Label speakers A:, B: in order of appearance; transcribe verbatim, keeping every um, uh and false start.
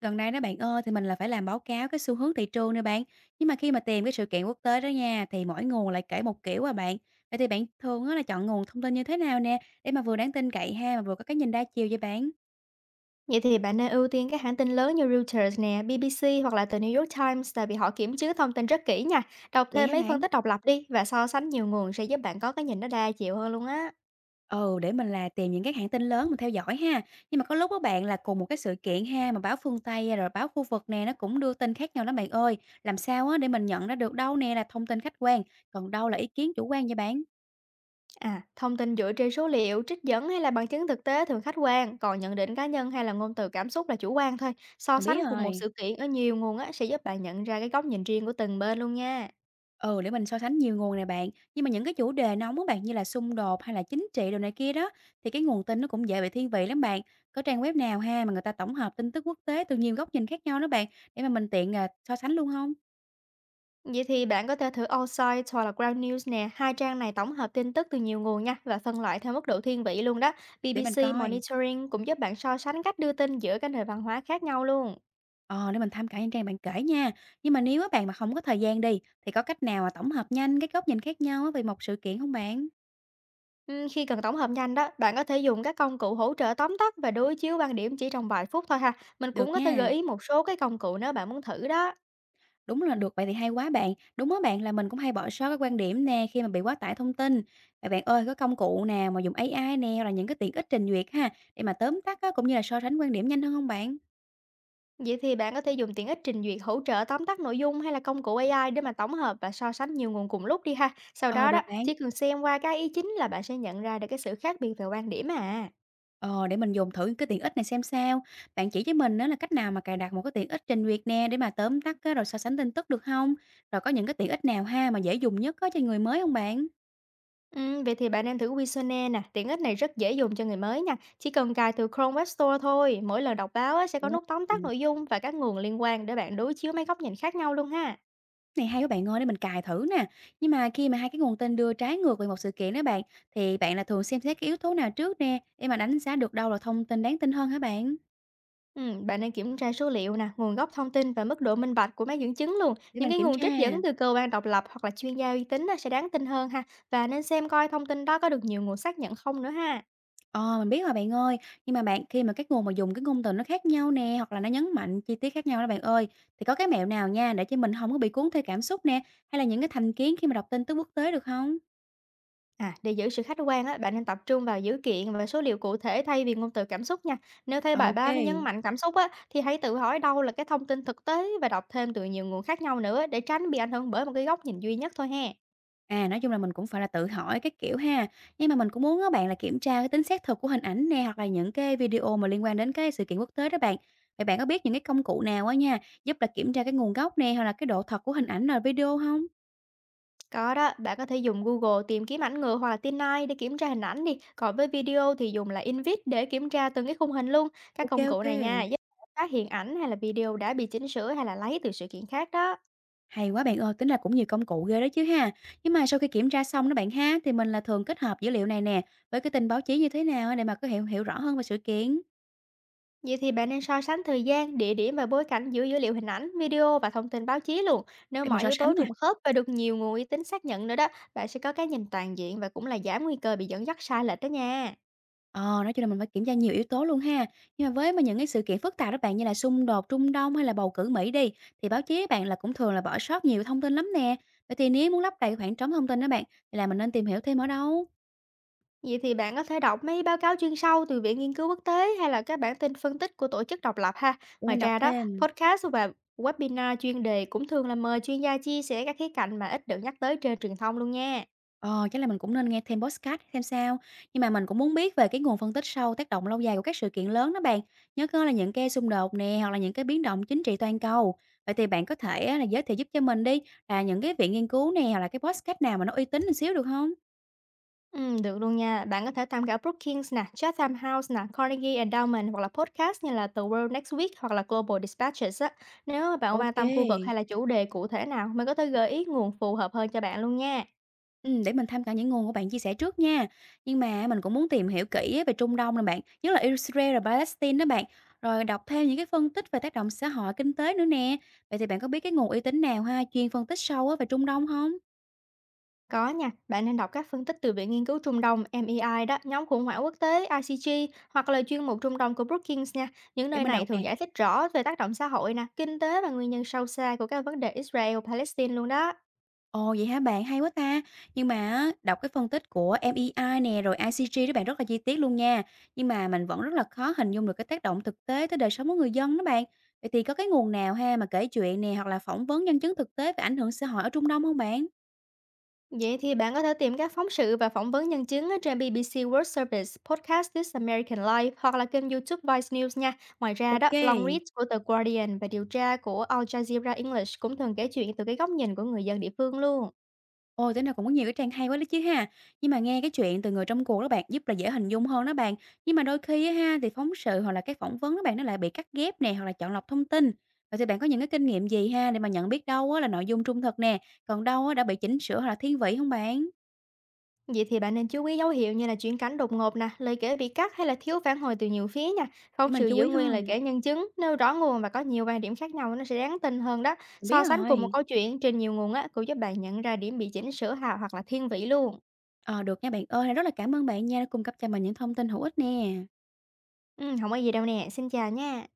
A: Gần đây đó bạn ơi, thì mình là phải làm báo cáo cái xu hướng thị trường nè bạn. Nhưng mà khi mà tìm cái sự kiện quốc tế đó nha, thì mỗi nguồn lại kể một kiểu à bạn. Vậy thì bạn thường á là chọn nguồn thông tin như thế nào nè, để mà vừa đáng tin cậy ha, mà vừa có cái nhìn đa chiều vậy bạn?
B: Vậy thì bạn nên ưu tiên các hãng tin lớn như Reuters nè, bê bê xê hoặc là tờ New York Times tại vì họ kiểm chứng thông tin rất kỹ nha. Đọc
A: Vậy
B: thêm
A: hả
B: mấy phân
A: bạn?
B: tích độc lập đi và so sánh nhiều nguồn sẽ giúp bạn có cái nhìn nó đa chiều hơn luôn á.
A: Ừ, để mình là tìm những cái hãng tin lớn mà theo dõi ha. Nhưng mà có lúc các bạn là cùng một cái sự kiện ha, mà báo phương Tây à, rồi báo khu vực nè, nó cũng đưa tin khác nhau lắm bạn ơi. Làm sao á để mình nhận ra được đâu nè là thông tin khách quan, còn đâu là ý kiến chủ quan vậy bạn?
B: À, thông tin dựa trên số liệu, trích dẫn hay là bằng chứng thực tế thường khách quan, còn nhận định cá nhân hay là ngôn từ cảm xúc là chủ quan thôi. So
A: Mình
B: sánh
A: biết
B: cùng một
A: rồi.
B: sự kiện ở nhiều nguồn á sẽ giúp bạn nhận ra cái góc nhìn riêng của từng bên luôn nha.
A: Ừ, để mình so sánh nhiều nguồn nè bạn. Nhưng mà những cái chủ đề nóng á bạn như là xung đột hay là chính trị đồ này kia đó thì cái nguồn tin nó cũng dễ bị thiên vị lắm bạn. Có trang web nào ha mà người ta tổng hợp tin tức quốc tế từ nhiều góc nhìn khác nhau đó bạn để mà mình tiện à, so sánh luôn không?
B: Vậy thì bạn có thể thử Allsides hoặc là Ground News nè, hai trang này tổng hợp tin tức từ nhiều nguồn nha và phân loại theo mức độ thiên vị luôn đó.
A: Để mình
B: bê bê xê
A: coi.
B: Monitoring cũng giúp bạn so sánh cách đưa tin giữa các nền văn hóa khác nhau luôn.
A: Ờ, để mình tham khảo những trang bạn kể nha. Nhưng mà nếu á bạn mà không có thời gian đi thì có cách nào mà tổng hợp nhanh các góc nhìn khác nhau á về một sự kiện không bạn?
B: Ừm, khi cần tổng hợp nhanh đó, bạn có thể dùng các công cụ hỗ trợ tóm tắt và đối chiếu quan điểm chỉ trong vài phút thôi ha. Mình
A: Được
B: cũng có thể gợi
A: nha.
B: ý một số cái công cụ nếu bạn muốn thử đó.
A: Đúng là được, vậy thì hay quá bạn. Đúng á bạn, là mình cũng hay bỏ sót cái quan điểm nè, khi mà bị quá tải thông tin. Vậy bạn ơi, có công cụ nào mà dùng a i nè, hoặc là những cái tiện ích trình duyệt ha, để mà tóm tắt á, cũng như là so sánh quan điểm nhanh hơn không bạn?
B: Vậy thì bạn có thể dùng tiện ích trình duyệt hỗ trợ tóm tắt nội dung hay là công cụ a i để mà tổng hợp và so sánh nhiều nguồn cùng lúc đi ha. Sau
A: Ờ,
B: đó đó,
A: được bạn.
B: chỉ cần xem qua cái ý chính là bạn sẽ nhận ra được cái sự khác biệt về quan điểm à.
A: Ờ, để mình dùng thử cái tiện ích này xem sao. Bạn chỉ cho mình đó là cách nào mà cài đặt một cái tiện ích trình duyệt nè, để mà tóm tắt á, rồi so sánh tin tức được không? Rồi có những cái tiện ích nào ha, mà dễ dùng nhất có cho người mới không bạn?
B: Ừ, vậy thì bạn nên thử Wisone nè, tiện ích này rất dễ dùng cho người mới nha. Chỉ cần cài từ Chrome Web Store thôi, mỗi lần đọc báo á, sẽ có
A: Ồ,
B: nút tóm tắt nội dung và các nguồn liên quan để bạn đối chiếu mấy góc nhìn khác nhau luôn ha.
A: này hay quá bạn ơi, để mình cài thử nè. Nhưng mà khi mà hai cái nguồn tin đưa trái ngược về một sự kiện đó bạn, thì bạn là thường xem xét cái yếu tố nào trước nè, để mà đánh giá được đâu là thông tin đáng tin hơn hả bạn?
B: Ừm, bạn nên kiểm tra số liệu nè, nguồn gốc thông tin và mức độ minh bạch của mấy dẫn chứng luôn.
A: Để
B: Những
A: mình
B: cái
A: kiểm
B: nguồn
A: tra.
B: trích dẫn từ cơ quan độc lập hoặc là chuyên gia uy tín á, sẽ đáng tin hơn ha. Và nên xem coi thông tin đó có được nhiều nguồn xác nhận không nữa ha.
A: Ờ, mình biết rồi bạn ơi. Nhưng mà bạn, khi mà các nguồn mà dùng cái ngôn từ nó khác nhau nè, hoặc là nó nhấn mạnh chi tiết khác nhau đó bạn ơi, thì có cái mẹo nào nha, để cho mình không có bị cuốn theo cảm xúc nè, hay là những cái thành kiến khi mà đọc tin tức quốc tế được không?
B: À, để giữ sự khách quan á, bạn nên tập trung vào dữ kiện và số liệu cụ thể thay vì ngôn từ cảm xúc nha. Nếu thấy
A: Ờ,
B: bài
A: ok.
B: báo nó nhấn mạnh cảm xúc á, thì hãy tự hỏi đâu là cái thông tin thực tế và đọc thêm từ nhiều nguồn khác nhau nữa để tránh bị ảnh hưởng bởi một cái góc nhìn duy nhất thôi ha.
A: À, nói chung là mình cũng phải là tự hỏi các kiểu ha. Nhưng mà mình cũng muốn các bạn là kiểm tra cái tính xác thực của hình ảnh nè, hoặc là những cái video mà liên quan đến cái sự kiện quốc tế đó bạn. Vậy bạn có biết những cái công cụ nào á nha, giúp là kiểm tra cái nguồn gốc nè, hoặc là cái độ thật của hình ảnh là video không?
B: Có đó, bạn có thể dùng Google tìm kiếm ảnh ngựa hoặc là tin Eye để kiểm tra hình ảnh đi. Còn với video thì dùng là InVid để kiểm tra từng cái khung hình luôn. Các
A: OK,
B: công cụ này nha,
A: OK.
B: giúp bạn phát hiện ảnh hay là video đã bị chỉnh sửa hay là lấy từ sự kiện khác đó.
A: Hay quá bạn ơi, tính là cũng nhiều công cụ ghê đó chứ ha. Nhưng mà sau khi kiểm tra xong đó bạn ha, thì mình là thường kết hợp dữ liệu này nè, với cái tin báo chí như thế nào á để mà có hiểu hiểu rõ hơn về sự kiện,
B: Vậy thì bạn nên so sánh thời gian, địa điểm và bối cảnh giữa dữ liệu hình ảnh, video và thông tin báo chí luôn. Nếu
A: để mình
B: mọi
A: so
B: yếu tố
A: sánh nè.
B: trùng khớp và được nhiều nguồn uy tín xác nhận nữa đó, bạn sẽ có cái nhìn toàn diện và cũng là giảm nguy cơ bị dẫn dắt sai lệch đó nha.
A: Ờ, nói chung là mình phải kiểm tra nhiều yếu tố luôn ha. Nhưng mà với mà những cái sự kiện phức tạp đó bạn như là xung đột Trung Đông hay là bầu cử Mỹ đi thì báo chí bạn là cũng thường là bỏ sót nhiều thông tin lắm nè. Vậy thì nếu muốn lấp đầy khoảng trống thông tin đó bạn thì là mình nên tìm hiểu thêm ở đâu
B: Vậy thì bạn có thể đọc mấy báo cáo chuyên sâu từ Viện Nghiên cứu Quốc tế hay là các bản tin phân tích của tổ chức độc lập ha.
A: để
B: Ngoài
A: mình đọc
B: ra đó,
A: thêm.
B: podcast và webinar chuyên đề cũng thường là mời chuyên gia chia sẻ các khía cạnh mà ít được nhắc tới trên truyền thông luôn nha.
A: Ờ, chắc là mình cũng nên nghe thêm podcast xem sao. Nhưng mà mình cũng muốn biết về cái nguồn phân tích sâu tác động lâu dài của các sự kiện lớn đó bạn. Nhớ coi là những cái xung đột nè hoặc là những cái biến động chính trị toàn cầu. Vậy thì bạn có thể á, là giới thiệu giúp cho mình đi là những cái viện nghiên cứu nè hoặc là cái podcast nào mà nó uy tín một xíu được không?
B: Ừ, được luôn nha. Bạn có thể tham khảo Brookings nè, Chatham House nè, Carnegie Endowment hoặc là podcast như là The World Next Week hoặc là Global Dispatches á. Nếu mà bạn
A: Ok
B: quan
A: kê.
B: tâm khu vực hay là chủ đề cụ thể nào, mình có thể gợi ý nguồn phù hợp hơn cho bạn luôn nha.
A: Để mình tham khảo những nguồn của bạn chia sẻ trước nha. Nhưng mà mình cũng muốn tìm hiểu kỹ á về Trung Đông nè bạn, nhất là Israel và Palestine đó bạn, rồi đọc thêm những cái phân tích về tác động xã hội, kinh tế nữa nè. Vậy thì bạn có biết cái nguồn uy tín nào ha, chuyên phân tích sâu á về Trung Đông không?
B: Có nha, bạn nên đọc các phân tích từ Viện Nghiên cứu Trung Đông mi ai ai đó, nhóm khủng hoảng quốc tế i xê giê hoặc là chuyên mục Trung Đông của Brookings nha. Những
A: Để
B: nơi
A: mình
B: này
A: đọc
B: thường
A: nè.
B: giải thích rõ về tác động xã hội nè, kinh tế và nguyên nhân sâu xa của các vấn đề Israel-Palestine luôn đó.
A: Ồ, vậy hả bạn? Hay quá ta! Nhưng mà á, đọc cái phân tích của em i i nè, rồi i xê giê đó bạn rất là chi tiết luôn nha. Nhưng mà mình vẫn rất là khó hình dung được cái tác động thực tế tới đời sống của người dân đó bạn. Vậy thì có cái nguồn nào ha mà kể chuyện nè, hoặc là phỏng vấn nhân chứng thực tế về ảnh hưởng xã hội ở Trung Đông không bạn?
B: Vậy thì bạn có thể tìm các phóng sự và phỏng vấn nhân chứng ở trên bê bê xê World Service, podcast This American Life hoặc là kênh YouTube Vice News nha. Ngoài ra đó,
A: Ok,
B: long read của The Guardian và điều tra của Al Jazeera English cũng thường kể chuyện từ cái góc nhìn của người dân địa phương luôn.
A: ôi, thế nào cũng có nhiều cái trang hay quá đó chứ ha. Nhưng mà nghe cái chuyện từ người trong cuộc đó bạn, giúp là dễ hình dung hơn đó bạn. Nhưng mà đôi khi á ha, thì phóng sự hoặc là cái phỏng vấn đó bạn, nó lại bị cắt ghép nè, hoặc là chọn lọc thông tin. Vậy thì bạn có những cái kinh nghiệm gì ha, để mà nhận biết đâu á là nội dung trung thực nè, còn đâu á đã bị chỉnh sửa hoặc là thiên vị không bạn?
B: Vậy thì bạn nên chú ý dấu hiệu như là chuyển cảnh đột ngột nè, lời kể bị cắt hay là thiếu phản hồi từ nhiều phía nha.
A: Để
B: Phóng
A: mình
B: sự
A: chú
B: giữ
A: ý
B: nguyên lời
A: hơn,
B: kể nhân chứng, nêu rõ nguồn và có nhiều quan điểm khác nhau nó sẽ đáng tin hơn đó.
A: mình biết
B: So sánh cùng một
A: rồi.
B: câu chuyện trên nhiều nguồn á, cũng giúp bạn nhận ra điểm bị chỉnh sửa hào hoặc là thiên vị luôn.
A: Ờ, được nha bạn ơi, rất là cảm ơn bạn nha, đã cung cấp cho mình những thông tin hữu ích nè.
B: Ừ, không có gì đâu nè, xin chào nha.